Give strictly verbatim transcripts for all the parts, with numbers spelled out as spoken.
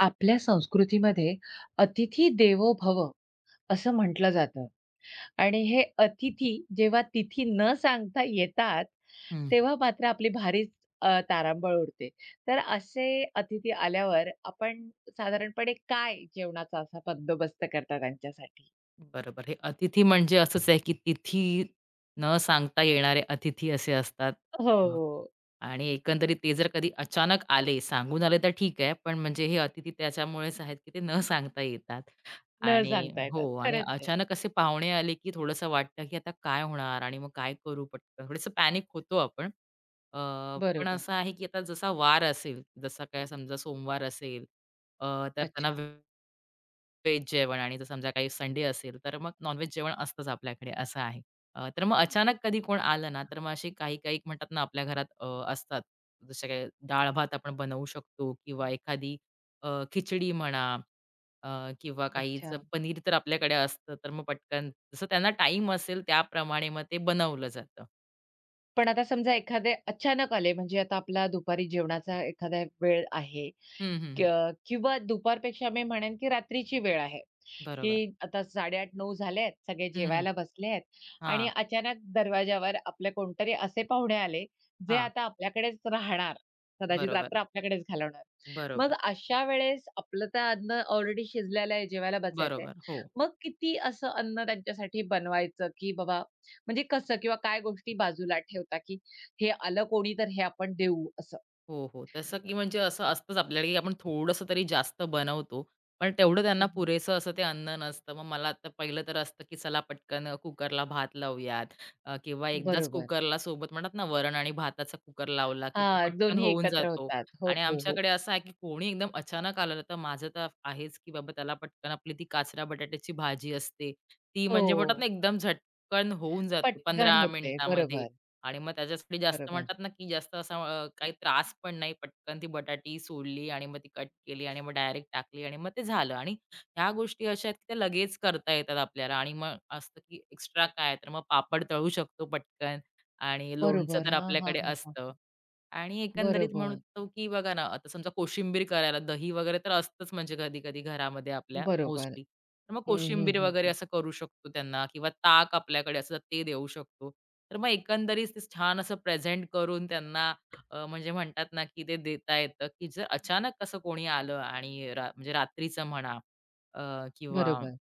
आपल्या संस्कृतीमध्ये "अतिथी देवो भव" असं म्हटलं जातं आणि हे अतिथी जेव्हा तिथी न सांगता येतात, हं, तेव्हा मात्र आपली भारीच अ, तारांबळ उडते. तर असे अतिथी आल्यावर आपण साधारणपणे काय जेवणाचा असा बंदोबस्त करता त्यांच्यासाठी? बरोबर. हे अतिथी म्हणजे असंच आहे, की तिथी न सांगता येणारे अतिथी असे असतात. अ, हो. आणि एकंदरीत ते जर कधी अचानक आले, सांगून आले तर ठीक आहे, पण म्हणजे हे अतिथी त्याच्यामुळेच आहेत, की ते न सांगता येतात. न आणि सांगता हो येतात. आणि खरंच आहे. अचानक असे पाहुणे आले, की थोडंसं वाटतं, की आता काय होणार आणि मग काय करू पटकन? थोडंसं पॅनिक होतो आपण. अ, पण बरोबर. असं आहे, की आता जसा वार असेल, जसा काय समजा सोमवार असेल, अ, तर त्यांना अच्छा, व्हेज जेवण आणि जर समजा काही संडे असेल, तर मग नॉन-व्हेज जेवण असतंच आपल्याकडे असं आहे. अ, तर मग अचानक कधी कोण आलं ना, तर मग असे काही-काही म्हणतात ना आपल्या घरात अ, असतात. जसे काही डाळ-भात आपण बनवू शकतो किंवा एखादी अ, खिचडी म्हणा अ, किंवा अच्छा. काहीचं पनीर तर आपल्याकडे असतं, तर मग पटकन जसं त्यांना टाईम असेल त्याप्रमाणे मग ते बनवलं जातं. पण आता समजा एखादे अचानक आले म्हणजे आता आपला दुपारी जेवणाचा एखादा वेळ आहे. हं, हं, क हं. किंवा दुपारपेक्षा मी म्हणेन, की रात्रीची वेळ आहे, बरोबर. की आता साडे आठ-नऊ झालेत, सगळे हं, हं. जेवायला बसले बसलेत आणि हां, अचानक दरवाजावर आपले कोणतरी असे पाहुणे आले, जे हां. आता आपल्याकडेच राहणार. कदाचित बरोबर, रात्र आपल्याकडेच घालवणार. मग बरोबर, अशा वेळेस आपलं तर अन्न ऑलरेडी शिजलेलं आहे, जेवायला बसायचंय. बरोबर. हो. मग किती असं अन्न त्यांच्यासाठी बनवायचं, की बाबा म्हणजे कसं किंवा काय गोष्टी बाजूला ठेवता, की हे आलं कोणी तर हे आपण देऊ असं? हो, हो. तसं की म्हणजे असं असतंच आपल्याला, की आपण थोडंसं तरी जास्त बनवतो. पण तेवढं त्यांना हं, पुरेसं असं ते अन्न नसतं. मग मला तर पहिलं तर असतं, की चला पटकन कुकरला भात लावूयात अ, किंवा एकदाच बरोबर. कुकरला सोबत म्हणतात ना, वरण आणि भाताचा कुकर लावला, की तो हां, पटकन दोन्ही होऊन एकत्र जातो. होतात. हो, आणि हो, हो. आमच्याकडे असं आहे, की कोणी एकदम अचानक आलं तर माझं तर आहेच, की बाबा त्याला पटकन आपली ती काचऱ्या बटाट्याची भाजी असते. ती हो, म्हणजे म्हणतात ना, एकदम झटकन होऊन जाते पटकन पंधरा होते. मिनिटामध्ये. बरोबर, आणि मग त्याच्यासाठी जास्त बरोबर, म्हणतात ना, की जास्त असा अ, काही त्रास पण नाही. पटकन ती बटाटी सोलली आणि मग ती कट केली आणि मग डायरेक्ट टाकली आणि मग ते झालं. आणि ह्या गोष्टी अशा आहेत, की त्या लगेच करता येतात आपल्याला आणि मग असतं, की एक्स्ट्रा काय तर मग पापड तळू शकतो पटकन आणि लोणचं बरोबर. तर हां, हां, आपल्याकडे हां, हां. असतं. आणि एकंदरीत बरोबर, म्हणतो, की बघा ना, आता समजा कोशिंबीर करायला दही वगैरे तर असतंच म्हणजे कधी-कधी घरामध्ये आपल्या बरोबर. मोस्टली. तर मग हं, हं, कोशिंबीर हं, वगैरे हं. असं करू शकतो त्यांना किंवा ताक आपल्याकडे असं ते देऊ शकतो. तर मग एकंदरीत ते छान असं प्रेझेंट करून त्यांना अ, म्हणजे म्हणतात ना, की ते देता येतं, की जर अचानक असं कोणी आलं आणि रा म्हणजे रात्रीचं म्हणा अ, किंवा बरोबर.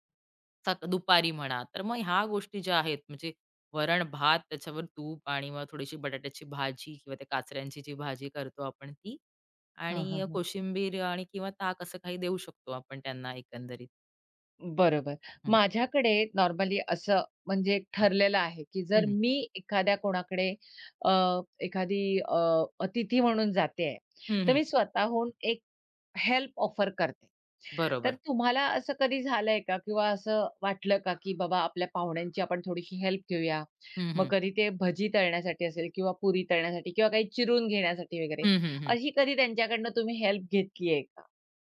सक दुपारी म्हणा, तर मग ह्या गोष्टी ज्या आहेत म्हणजे वरण-भात, त्याच्यावर तूप आणि मग थोडीशी बटाट्याची भाजी किंवा त्या काचऱ्यांची जी भाजी करतो आपण ती हां, हां, आणि हां. कोशिंबीर आणि किंवा ताक असं काही देऊ शकतो आपण त्यांना एकंदरीत. बरोबर. हं, माझ्याकडे नॉर्मली असं म्हणजे एक ठरलेलं आहे, की जर मी एखाद्या कोणाकडे अ, एखादी अ, अतिथी म्हणून जाते हं, तर हं. मी स्वतःहून एक हेल्प ऑफर करते. तर बरोबर. तुम्हाला असं कधी झालंय का किंवा असं वाटलं का, की बाबा आपल्या पाहुण्यांची आपण थोडीशी हेल्प घेऊया. हं, मग हं. कधी ते भजी तळण्यासाठी असेल किंवा पुरी तळण्यासाठी किंवा काही चिरून घेण्यासाठी वगैरे, हं, हं, हं. अशी कधी त्यांच्याकडनं तुम्ही हेल्प घेतलीये का?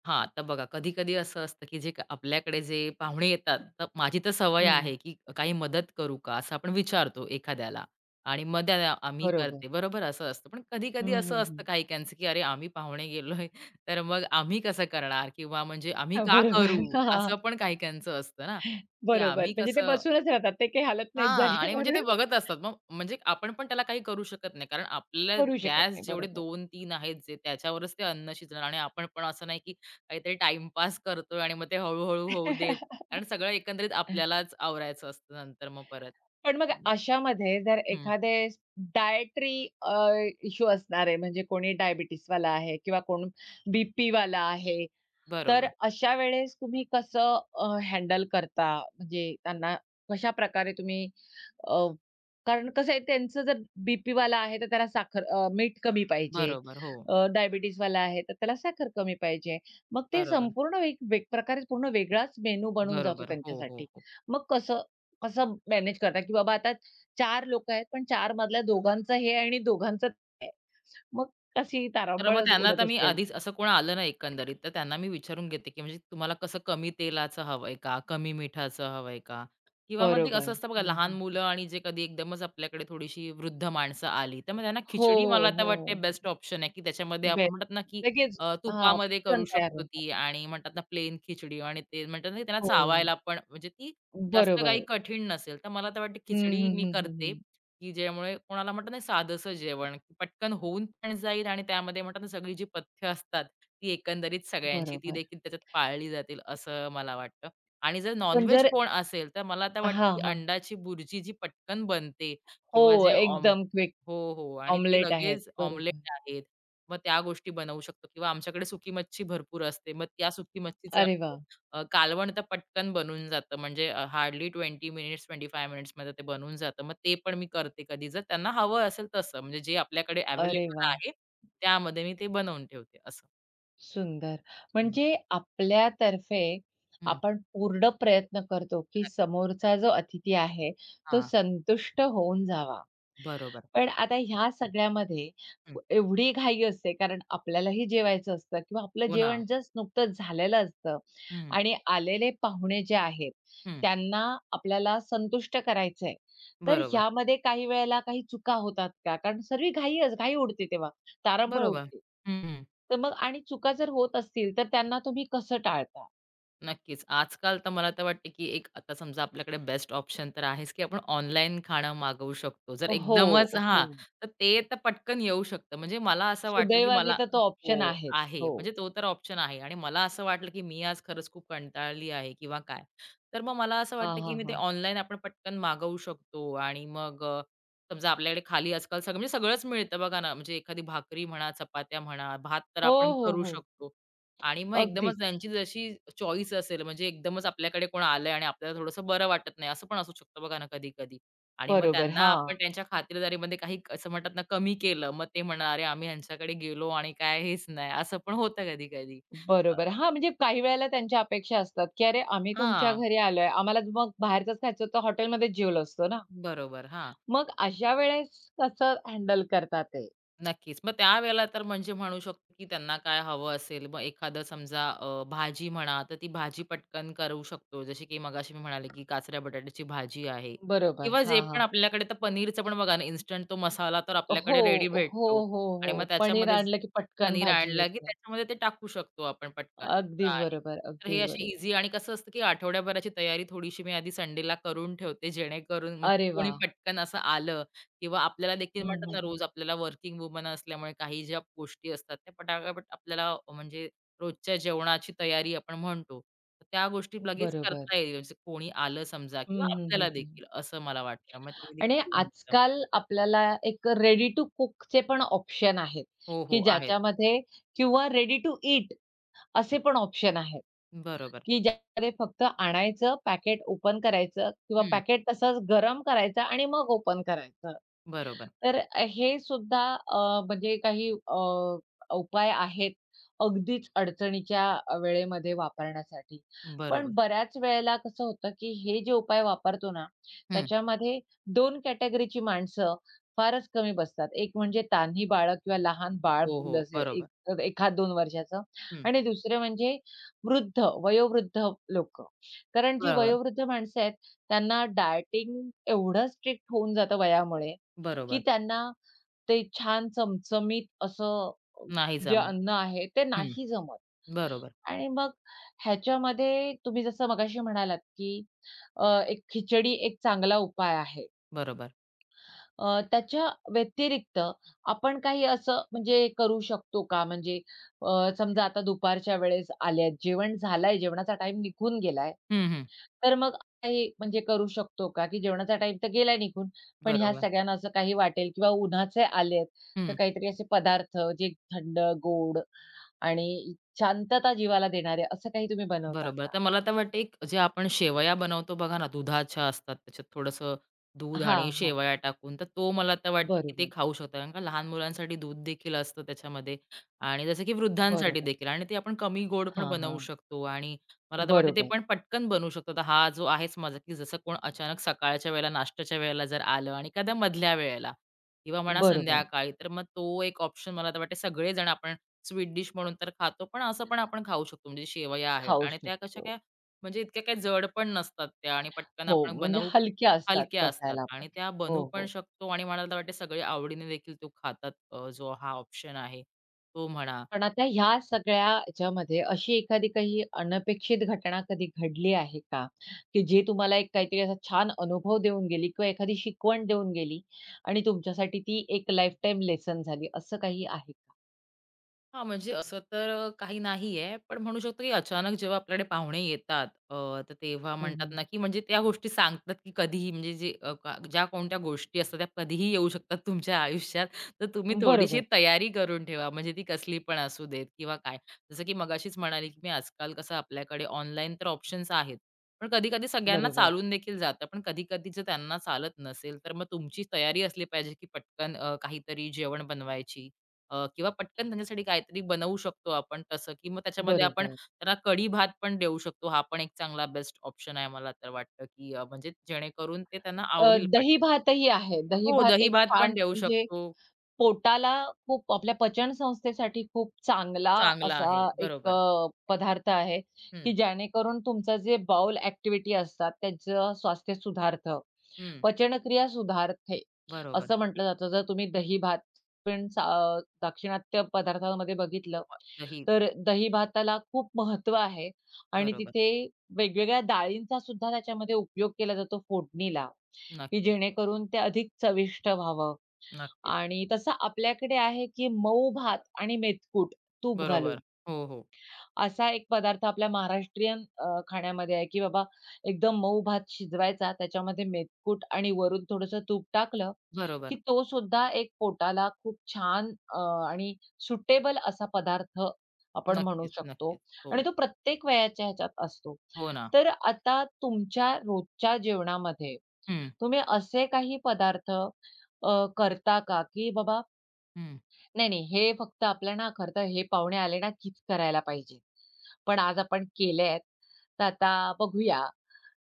हां, तर बघा कधी-कधी असं असतं, की जे क- आपल्याकडे जे पाहुणे येतात, तर माझी तर सवय हं. आहे, की काही मदत करू का? असं आपण विचारतो एखाद्याला आणि मग त्याला आम्ही बरोबर. करते. बरोबर असं असतं. पण कधी-कधी हं, असं हं, हं. असतं काही-काहींचं, की "अरे, आम्ही पाहुणे गेलोय, तर मग आम्ही कसं करणार?" किंवा म्हणजे "आम्ही हां, का बरोबर. करू?" हां, असं पण काही-काहींचं असतं ना, की बरोबर. आम्ही म्हणजे ते कसं बसूनच राहतात. ते काही हालत नाहीत हां. आणि म्हणजे ते जागेवरून. बघत असतात. मग म्हणजे आपण पण त्याला काही करू शकत नाही. कारण आपल्याला करू शकत गॅस नाही. जेवढे बरोबर. दोन तीन आहेत जे त्याच्यावरच ते अन्न शिजणार आणि आपण पण असं नाही की काहीतरी टाईमपास करतोय आणि मग ते हळू-हळू होऊ देत. कारण सगळं एकंदरीत आपल्यालाच आवरायचं असतं नंतर मग परत. पण मग अशामध्ये जर हं. एखादे डायटरी अ, इश्यू असणार आहे, म्हणजे कोणी डायबिटीजवाला आहे किंवा कोण बीपीवाला आहे तर बरोबर. अशा वेळेस तुम्ही कसं अ, करता? म्हणजे त्यांना कशाप्रकारे तुम्ही अ, कारण कसं आहे त्यांचं जर बी-पीवाला आहे, तर त्याला साखर अ, मीठ कमी पाहिजे. बरोबर. हो. अ, डायबिटीजवाला आहे, तर त्याला साखर कमी पाहिजे. मग ते बरोबर. संपूर्ण एक वेग प्रकारे पूर्ण वेगळाच मेनू बनून जातो बरोबर. हो, हो, त्यांच्यासाठी. हो. मग कसं कसं मॅनेज करता? की बाबा आता चार लोकं आहेत, पण चार मधल्या दोघांचं हे आणि दोघांचं ते. मग कशी तर मग तारांबळ त्यांना उडत आता मी असेल. आधीच असं कोण आलं नाही एकंदरीत, तर त्यांना मी विचारून घेते, की म्हणजे तुम्हाला कसं कमी तेलाचं हवंय का? कमी मिठाचं हवंय का? किंवा मग ते असं बरोबर. असतं बघा हं, लहान हं. मुलं आणि जे कधी एकदमच आपल्याकडे थोडीशी वृद्ध माणसं आली, तर मग त्यांना हो, खिचडी मला आता हो. वाटते बेस्ट ऑप्शन आहे, की त्याच्यामध्ये आपण बेस्ट. म्हणतात ना, की लगेच अ, हां, तुपामध्ये करू पटकन तयार शकतो होतात. ती आणि म्हणतात ना प्लेन खिचडी आणि ते म्हणतात ना, की त्यांना हो. चावायला पण म्हणजे ती जास्त काही बरोबर. कठीण नसेल. तर मला तर वाटते हं, खिचडी हं, मी हं, हं, करते हं. की ज्यामुळे कोणाला म्हणतात ना साधंसं जेवण, की पटकन होऊन पण जाईल आणि त्यामध्ये म्हणतात ना सगळी जी पथ्य असतात, ती एकंदरीत सगळ्यांची ती बरोबर. देखील त्याच्यात पाळली जातील असं मला वाटतं. आणि जर पण नॉन-व्हेज जर कोण असेल, तर मला आता वाटतं हां, की हां. अंडाची बुर्जी जी पटकन बनते हो, किंवा जे ऑम एकदम क्विक हो, हो. आणि ते ऑमलेट आहेत. लगेच बरोबर. ऑमलेट आहेत. मग त्या गोष्टी बनवू शकतो किंवा आमच्याकडे सुकी मच्छी भरपूर असते. मग त्या सुकी मच्छीचं अरे आम्ही, वाह! अ, कालवण तर पटकन बनून जातं. म्हणजे अ, हार्डली वीस मिनिट्स, पंचवीस मिनिट्समध्ये ते बनून जातं. मग ते पण मी करते कधी जर त्यांना हवं असेल तसं. म्हणजे जे आपल्याकडे अरे अवेलेबल वाह! आहे, त्यामध्ये मी ते बनवून ठेवते असं. सुंदर. हं. म्हणजे आपल्यातर्फे हं. आपण पूर्ण प्रयत्न करतो, की समोरचा जो अतिथी आहे, तो हां, संतुष्ट होऊन जावा. बरोबर. पण आता ह्या सगळ्यामध्ये हं. एवढी घाई असते, कारण आपल्यालाही जेवायचं असतं किंवा आपलं हो ना. जेवण जस्ट नुकतंच झालेलं असतं हं, आणि आलेले पाहुणे जे आहेत, हं. त्यांना आपल्याला संतुष्ट करायचं आहे. तर बरोबर, ह्यामध्ये काही वेळेला काही चुका होतात का? कारण सर्वी घाईच घाई उडते तेव्हा, तारंबळ बरोबर. उडते. हं, तर मग आणि चुका जर होत असतील, तर त्यांना तुम्ही कसं टाळता? नक्कीच. आजकाल तर मला तर वाटते, की एक आता समजा आपल्याकडे बेस्ट ऑप्शन तर आहेच, की आपण ऑनलाईन खाणं मागवू शकतो. जर हो, एकदमच हां, हो. तर ते तर पटकन येऊ शकतं. म्हणजे मला असं वाटलं, की सुदैवाने मला तर तो हो, ऑप्शन आहेच. आहे. हो. म्हणजे तो तर ऑप्शन आहे आणि मला असं वाटलं, की मी आज खरंच खूप कंटाळली आहे किंवा काय. तर मग मला असं हां, वाटतं, की हां, मी ते हां. ऑनलाईन आपण पटकन मागवू शकतो आणि मग अ, समजा आपल्याकडे खाली आजकाल सगळं म्हणजे सगळंच मिळतं बघा ना. म्हणजे एखादी भाकरी म्हणा, चपात्या म्हणा, भात तर हो, आपण हो, करू हो. शकतो. आणि मग अगदीच. एकदमच त्यांची जशी चॉईस असेल, म्हणजे एकदमच आपल्याकडे कोण आलंय आणि आपल्याला थोडंसं बरं वाटत नाही, असं पण असू शकतं बघा ना कधी-कधी. आणि मग बरोबर. त्यांना हां. आपण त्यांच्या खातिरदारीमध्ये काही क- असं म्हणतात ना, कमी केलं. मग ते म्हणणार, "अरे, आम्ही ह्यांच्याकडे गेलो आणि काय हेच नाही." असं पण होतं कधी-कधी. अ, बरोबर. हां, म्हणजे काही वेळेला त्यांच्या अपेक्षा असतात, की "अरे, आम्ही तुमच्या हां, घरी आलोय. आम्हाला मग बाहेरचंच खायचं होतं, हॉटेलमध्येच जेवलो असतो ना." बरोबर. हां. मग अशा वेळेस कसं हँडल करतात ते? नक्कीच. मग त्यावेळेला तर म्हणजे म्हणू शकतो, की त्यांना काय हवं असेल, मग एखादं समजा अ, भाजी म्हणा, तर ती भाजी पटकन करू शकतो. जसे की मगाशी मी म्हणाले, की काचऱ्या बटाट्याची भाजी आहे बरोबर. किंवा जे हां, पण हां. आपल्याकडे तर पनीरचं पण बघा ना, इन्स्टंट तो मसाला तर हो, आपल्याकडे रेडी हो, भेटतो हो, आणि हो. मग पनीर त्याच्यामध्येच आणलं की पटकन पनीर भाजी आणलं, की होते. त्याच्यामध्ये ते टाकू शकतो आपण पटकन असं अगदीच आहे. बरोबर, तर हे अगदीच असे बरोबर. हं. आणि कसं असतं, की आठवड्याभराची तयारी थोडीशी मी आधी संडेला करून ठेवते, जेणेकरून म्हणजे अरे कोणी वाह! पटकन असं आलं किंवा आपल्याला देखील हं, म्हणतात हं, ना, हं. रोज आपल्याला वर्किंग वुमन असल्यामुळे काही ज्या गोष्टी असतात त्या पटापट आपल्याला अ, म्हणजे रोजच्या जेवणाची तयारी आपण म्हणतो. तर त्या गोष्टी लगेच बरोबर. करता येईल. म्हणजे कोणी आलं समजा हं, किंवा हं, आपल्याला हं, हं. देखील असं मला वाटतं. मग ते आणि देखील होऊन जातं. आजकाल आपल्याला एक रेडी टू कुकचे पण ऑप्शन आहेत, हो, हो. की आहेत. ज्याच्यामध्ये किंवा रेडी टू ईट असे पण ऑप्शन आहेत, बरोबर. की ज्यामध्ये फक्त आणायचं, पॅकेट ओपन करायचं किंवा हं. पॅकेट तसंच गरम करायचं आणि मग ओपन करायचं. बरोबर. तर अ, हे सुद्धा अ, म्हणजे काही अ, उपाय आहेत अगदीच अडचणीच्या अ, वेळेमध्ये वापरण्यासाठी. पण बरोबर. बऱ्याच वेळेला कसं होतं, की हे जे उपाय वापरतो ना, हं. त्याच्यामध्ये दोन कॅटेगरीची माणसं फारच कमी बसतात. एक म्हणजे तान्ही बाळं किंवा लहान बाळ हो, मूल हो. असेल, बरोबर. एक एखाद दोन वर्षाचं हं. आणि दुसरे म्हणजे वृद्ध, वयोवृद्ध लोक, कारण जी बरोबर. वयोवृद्ध माणसं आहेत, त्यांना डायटिंग एवढं स्ट्रिक्ट होऊन जातं वयामुळे, की बरोबर. त्यांना ते छान चमचमीत असं अ, नाही जे जमत. अन्न आहे ते हं. नाही जमत. बरोबर. आणि मग ह्याच्यामध्ये तुम्ही जसं मगाशी म्हणालात, की अ, एक खिचडी एक चांगला उपाय आहे. बरोबर. अ, त्याच्या व्यतिरिक्त आपण काही असं म्हणजे करू शकतो का? म्हणजे अ, समजा आता दुपारच्या वेळेस आल्यात, जेवण झालंय, जेवणाचा टाईम निघून गेलाय, हं, हं. तर मग काही म्हणजे करू शकतो का? की जेवणाचा टाईम तर गेला निघून, पण ह्या बरोबर. सगळ्यांना असं काही वाटेल किंवा उन्हाचे आलेत, तर हं. काहीतरी असे पदार्थ जे थंड, गोड आणि शांतता जीवाला देणारे असं काही तुम्ही बनवता बरोबर. का? तर मला तर वाटते एक जे आपण शेवया बनवतो बघा ना, दुधाच्या असतात, त्याच्यात थोडंसं दूध आणि हां, हां. शेवया टाकून, तर तो मला तर वाटते की ते बरोबर, खाऊ शकतात. कारण का लहान मुलांसाठी दूध देखील असतं त्याच्यामध्ये आणि जसं की वृद्धांसाठी बरोबर. देखील आणि ते आपण कमी गोड पण हां, बनवू हां. शकतो आणि मला तर वाटतं ते बरोबर, पण पटकन बनवू शकतो. तर हा जो आहेच माझा की जसं कोण अचानक सकाळच्या वेळेला, नाश्त्याच्या वेळेला जर आलं आणि एखाद्या मधल्या वेळेला किंवा म्हणा बरोबर. संध्याकाळी, तर मग तो एक ऑप्शन मला तर वाटते सगळेजण आपण स्वीट डिश म्हणून तर खातो, पण असं पण आपण खाऊ शकतो. म्हणजे शेवया आहेत खाऊ आणि त्या कशा शकतो. काय म्हणजे इतक्या काही जड पण नसतात त्या आणि पटकन हो, आपण म्हणजे बनवू हलक्या असतात हलक्या असतात पचायला पण. आणि त्या हो, बनवू हो. पण हो. शकतो आणि मला तर वाटते सगळे आवडीने देखील तो खातात अ, जो हा ऑप्शन आहे, तो म्हणा. पण आता ह्या सगळ्या ह्याच्यामध्ये अशी एखादी काही अनपेक्षित घटना कधी घडली आहे का? की जे तुम्हाला एक काहीतरी असा छान अनुभव देऊन गेली किंवा एखादी शिकवण देऊन गेली आणि तुमच्यासाठी ती एक लाईफटाईम लेसन झाली, असं काही आहे का? हां, म्हणजे असं तर अ, काही नाहीये. पण म्हणू शकतो की अचानक जेव्हा आपल्याकडे पाहुणे येतात अ, तर तेव्हा हं, म्हणतात हं. ना, की म्हणजे त्या गोष्टी सांगतात की कधीही म्हणजे जे अ, का ज्या कोणत्या गोष्टी असतात त्या कधीही येऊ शकतात तुमच्या आयुष्यात. तर तुम्ही थोडीशी बरोबर, तयारी करून ठेवा. म्हणजे ती कसली पण असू देत किंवा काय. जसं की मगाशीच म्हणाली, की मी आजकाल कसं आपल्याकडे ऑनलाईन तर ऑप्शन्स आहेत. पण कधी-कधी सगळ्यांना बरोबर, चालून देखील जातं. पण कधी-कधी जर त्यांना चालत नसेल, तर मग तुमची तयारी असली पाहिजे, की पटकन अ, काहीतरी जेवण बनवायची अ, किंवा पटकन त्यांच्यासाठी काहीतरी बनवू शकतो आपण तसं, की मग त्याच्यामध्ये आपण बरोबर. त्यांना कढी भात पण देऊ शकतो. हा पण एक चांगला बेस्ट ऑप्शन आहे मला तर वाटतं, की अ, म्हणजे जेणेकरून ते त्यांना अ, आवडेल दही पटकन. भातही आहे. दही हो, भात दही एक भात छान पण देऊ म्हणजे शकतो. पोटाला खूप आपल्या पचन संस्थेसाठी खूप चांगला चांगला असा आहे. एक बरोबर. अ, पदार्थ आहे, हं, की जेणेकरून तुमचं जे बाउल ॲक्टिव्हिटी असतात त्यांचं स्वास्थ्य सुधारतं. हं. पचनक्रिया सुधारते, बरोबर. असं म्हटलं जातं. जर तुम्ही दही-भात पण सा अ, दाक्षिणात्य पदार्थांमध्ये बघितलं, हो, दही. तर दही-भाताला खूप महत्त्व आहे आणि बरोबर. तिथे वेगवेगळ्या डाळींचा सुद्धा त्याच्यामध्ये उपयोग केला जातो फोडणीला, की नक्कीच, जेणेकरून ते अधिक चविष्ट व्हावं. नक्कीच. आणि तसं आपल्याकडे आहे, की मऊ भात आणि मेथकूट तूप घालून. बरोबर. हो, हो. असा एक पदार्थ आपल्या महाराष्ट्रीयन अ, खाण्यामध्ये आहे, की बाबा एकदम मऊ भात शिजवायचा, त्याच्यामध्ये मेथकूट आणि वरून थोडंसं तूप टाकलं, बरोबर. की तो सुद्धा एक पोटाला खूप छान अ, आणि सुटेबल असा पदार्थ आपण म्हणू नक्कीच, शकतो नक्कीच. हो. आणि तो प्रत्येक वयाच्या ह्याच्यात असतो. हो ना. तर आता तुमच्या रोजच्या जेवणामध्ये हं, तुम्ही असे काही पदार्थ अ, करता का, की बाबा हं. नाही, नाही. हे फक्त आपल्या ना खरं तर हे पाहुणे आले ना कीच करायला पाहिजे. पण आज आपण केलेत, तर आता बघूया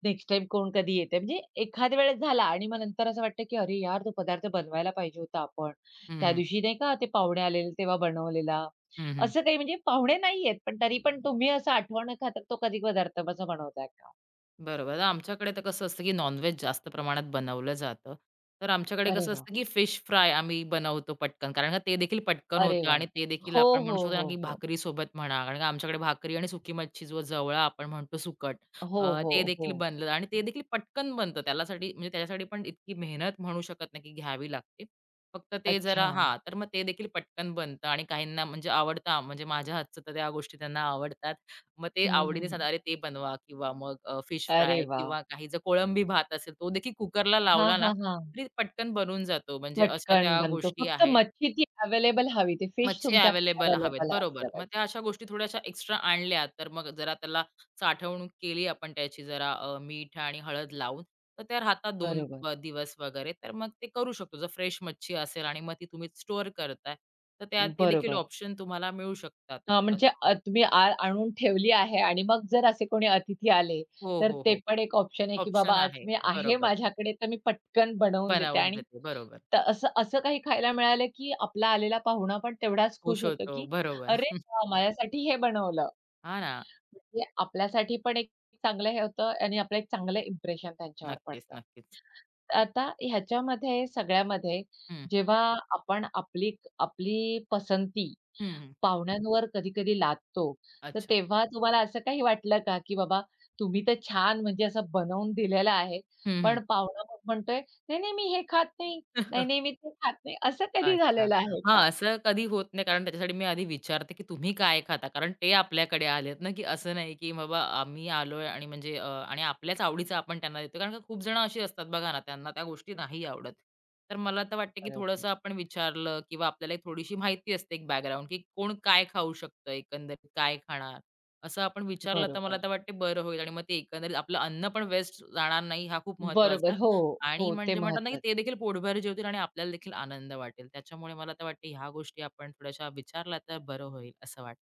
नेक्स्ट टाइम कोण कधी येतंय. म्हणजे एखाद्या वेळेस झाला आणि मग नंतर असं वाटतं, की "अरे यार, तो पदार्थ बनवायला पाहिजे होता आपण. हं, त्या हं. दिवशी नाही का ते पाहुणे आलेले तेव्हा बनवलेला." हं, असं काही म्हणजे पाहुणे नाहीयेत, पण तरी पण तुम्ही असं आठवण खातर तो कधी पदार्थ असा बनवताय का? बरोबर. तर आमच्याकडे तर कसं असतं, की नॉन-व्हेज जास्त प्रमाणात बनवलं जातं. तर आमच्याकडे अरे कसं वाह! असतं, की फिश फ्राय आम्ही बनवतो पटकन. कारण का ते देखील पटकन अरे होतं वाह! आणि ते देखील हो, आपण म्हणू हो, शकतो ना, हो, की हो. भाकरीसोबत म्हणा. कारण का आमच्याकडे भाकरी आणि सुकी मच्छी जो जवळा आपण म्हणतो सुकट हो, अ, हो, ते हो. देखील बनलं आणि ते देखील पटकन बनतं. त्यालासाठी म्हणजे त्याच्यासाठी पण इतकी मेहनत म्हणू शकत नाही, की घ्यावी लागते. फक्त ते जरा अच्छा. हां, तर मग ते देखील पटकन बनतं आणि काहींना म्हणजे आवडतं म्हणजे माझ्या हातचं तर त्या गोष्टी त्यांना आवडतात. मग ते हं, हं, आवडीने हं. सांगतात, "अरे ते बनवा" किंवा मग फिश अरे फ्राय वाह! किंवा काही जर कोळंबी भात असेल, तो देखील कुकरला हां, लावला ना, हां, हां. तरी पटकन बनून जातो. म्हणजे अशा पटकन त्या बनतो. गोष्टी फक्त आहेत. मच्छी ती अवेलेबल हवी. ते फिश मच्छी तुमच्याकडे अवेलेबल हवेत. अवेलेबल असलं बरोबर. मग पाहिजे. त्या अशा गोष्टी थोड्याशा एक्स्ट्रा आणल्या, तर मग जरा त्याला साठवणूक केली आपण त्याची जरा अ, मीठ आणि हळद लावून, तर त्या राहतात 2 बरोबर, व दिवस वगैरे. तर मग ते करू शकतो. जर फ्रेश मच्छी असेल आणि मग ती तुम्ही स्टोअर करताय, तर त्या ते देखील बरोबर. ऑप्शन तुम्हाला मिळू शकतात. हां, असं. म्हणजे मला- अ, तुम्ही आ आणून ठेवली आहे आणि मग जर असे कोणी अतिथी आले, हो, तर हो, ते हो. पण एक ऑप्शन आहे, की बाबा ऑप्शन आज आहे. मी आहे बरोबर. माझ्याकडे, तर मी पटकन बनवून देते बनावून आणि जाते. बरोबर. त असं असं काही खायला मिळालं, की आपला आलेला पाहुणा पण तेवढाच खुश खुश होतो, होतो. की बरोबर. "अरे वाह! माझ्यासाठी हे बनवलं." हां ना. म्हणजे आपल्यासाठी पण एक चांगलं हे होतं आणि आपलं एक चांगलं इम्प्रेशन त्यांच्यावर नक्कीच, पडतं. नक्कीच. आता ह्याच्यामध्ये सगळ्यामध्ये हं. जेव्हा आपण आपली आपली पसंती हं, हं. पाहुण्यांवर कधी-कधी लादतो, तर अच्छा. तेव्हा तुम्हाला असं काही वाटलं का, की बाबा तुम्ही तर छान म्हणजे असं बनवून दिलेलं आहे, हं, हं. पण पाहुणा मग म्हणतोय, "नाही, नाही, मी हे खात नाही. नाही, नाही, मी ते खात नाही." असं कधी अच्छा. झालेलं आहे हां, का? असं कधी होत नाही कारण त्याच्यासाठी मी आधी विचारते, की तुम्ही काय खाता? कारण ते आपल्याकडे आलेत ना, की असं नाही, की बाबा आम्ही आलोय आणि म्हणजे अ, आणि आपल्याच आवडीचं आपण त्यांना देतो. कारण का खूप जण अशी असतात बघा ना, त्यांना त्या गोष्टी नाही आवडत. तर मला तर वाटतं, की बरोबर, थोडंसं आपण विचारलं किंवा आपल्याला एक थोडीशी माहिती असते एक बॅकग्राऊंड, की कोण काय खाऊ शकतं, एकंदरीत काय खाणार? असं आपण विचारलं तर मला बरोबर. तर वाटते बरं होईल आणि मग ते एकंदरीत आपलं अन्न पण वेस्ट जाणार नाही हा खूप महत्त्वाचा बरोबर. हो, आणि हो. ते म्हणजे म्हणतात ना, की महत्वाचं. ते देखील पोटभर जेवतील आणि आपल्याला देखील आनंद वाटेल. त्याच्यामुळे मला तर वाटते ह्या गोष्टी आपण थोड्याशा विचारल्या तर बरं होईल असं वाटतं.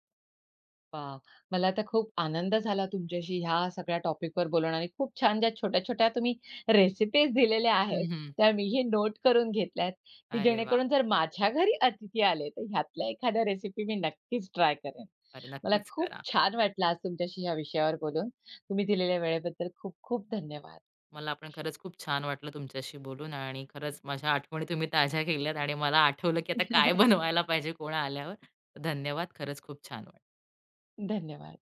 वाह! मला तर खूप आनंद झाला तुमच्याशी ह्या सगळ्या टॉपिकवर बोलून आणि खूप छान ज्या छोट्या-छोट्या तुम्ही रेसिपीज दिलेल्या हं, आहेत, हं. त्या मीही नोट करून घेतल्यात, की अरे वाह! जेणेकरून जर माझ्या घरी अतिथी आले, तर ह्यातल्या एखाद्या रेसिपी मी नक्कीच ट्राय करेन. अरे मला नक्कीच खूप करा. छान वाटलं आज तुमच्याशी ह्या विषयावर बोलून. तुम्ही दिलेल्या वेळेबद्दल खूप खूप धन्यवाद. मला पण खरंच खूप छान वाटलं तुमच्याशी बोलून आणि खरंच माझ्या आठवणी तुम्ही ताज्या केल्यात आणि मला आठवलं, की आता काय बनवायला पाहिजे कोण आल्यावर. धन्यवाद. खरंच खूप छान वाटलं. धन्यवाद.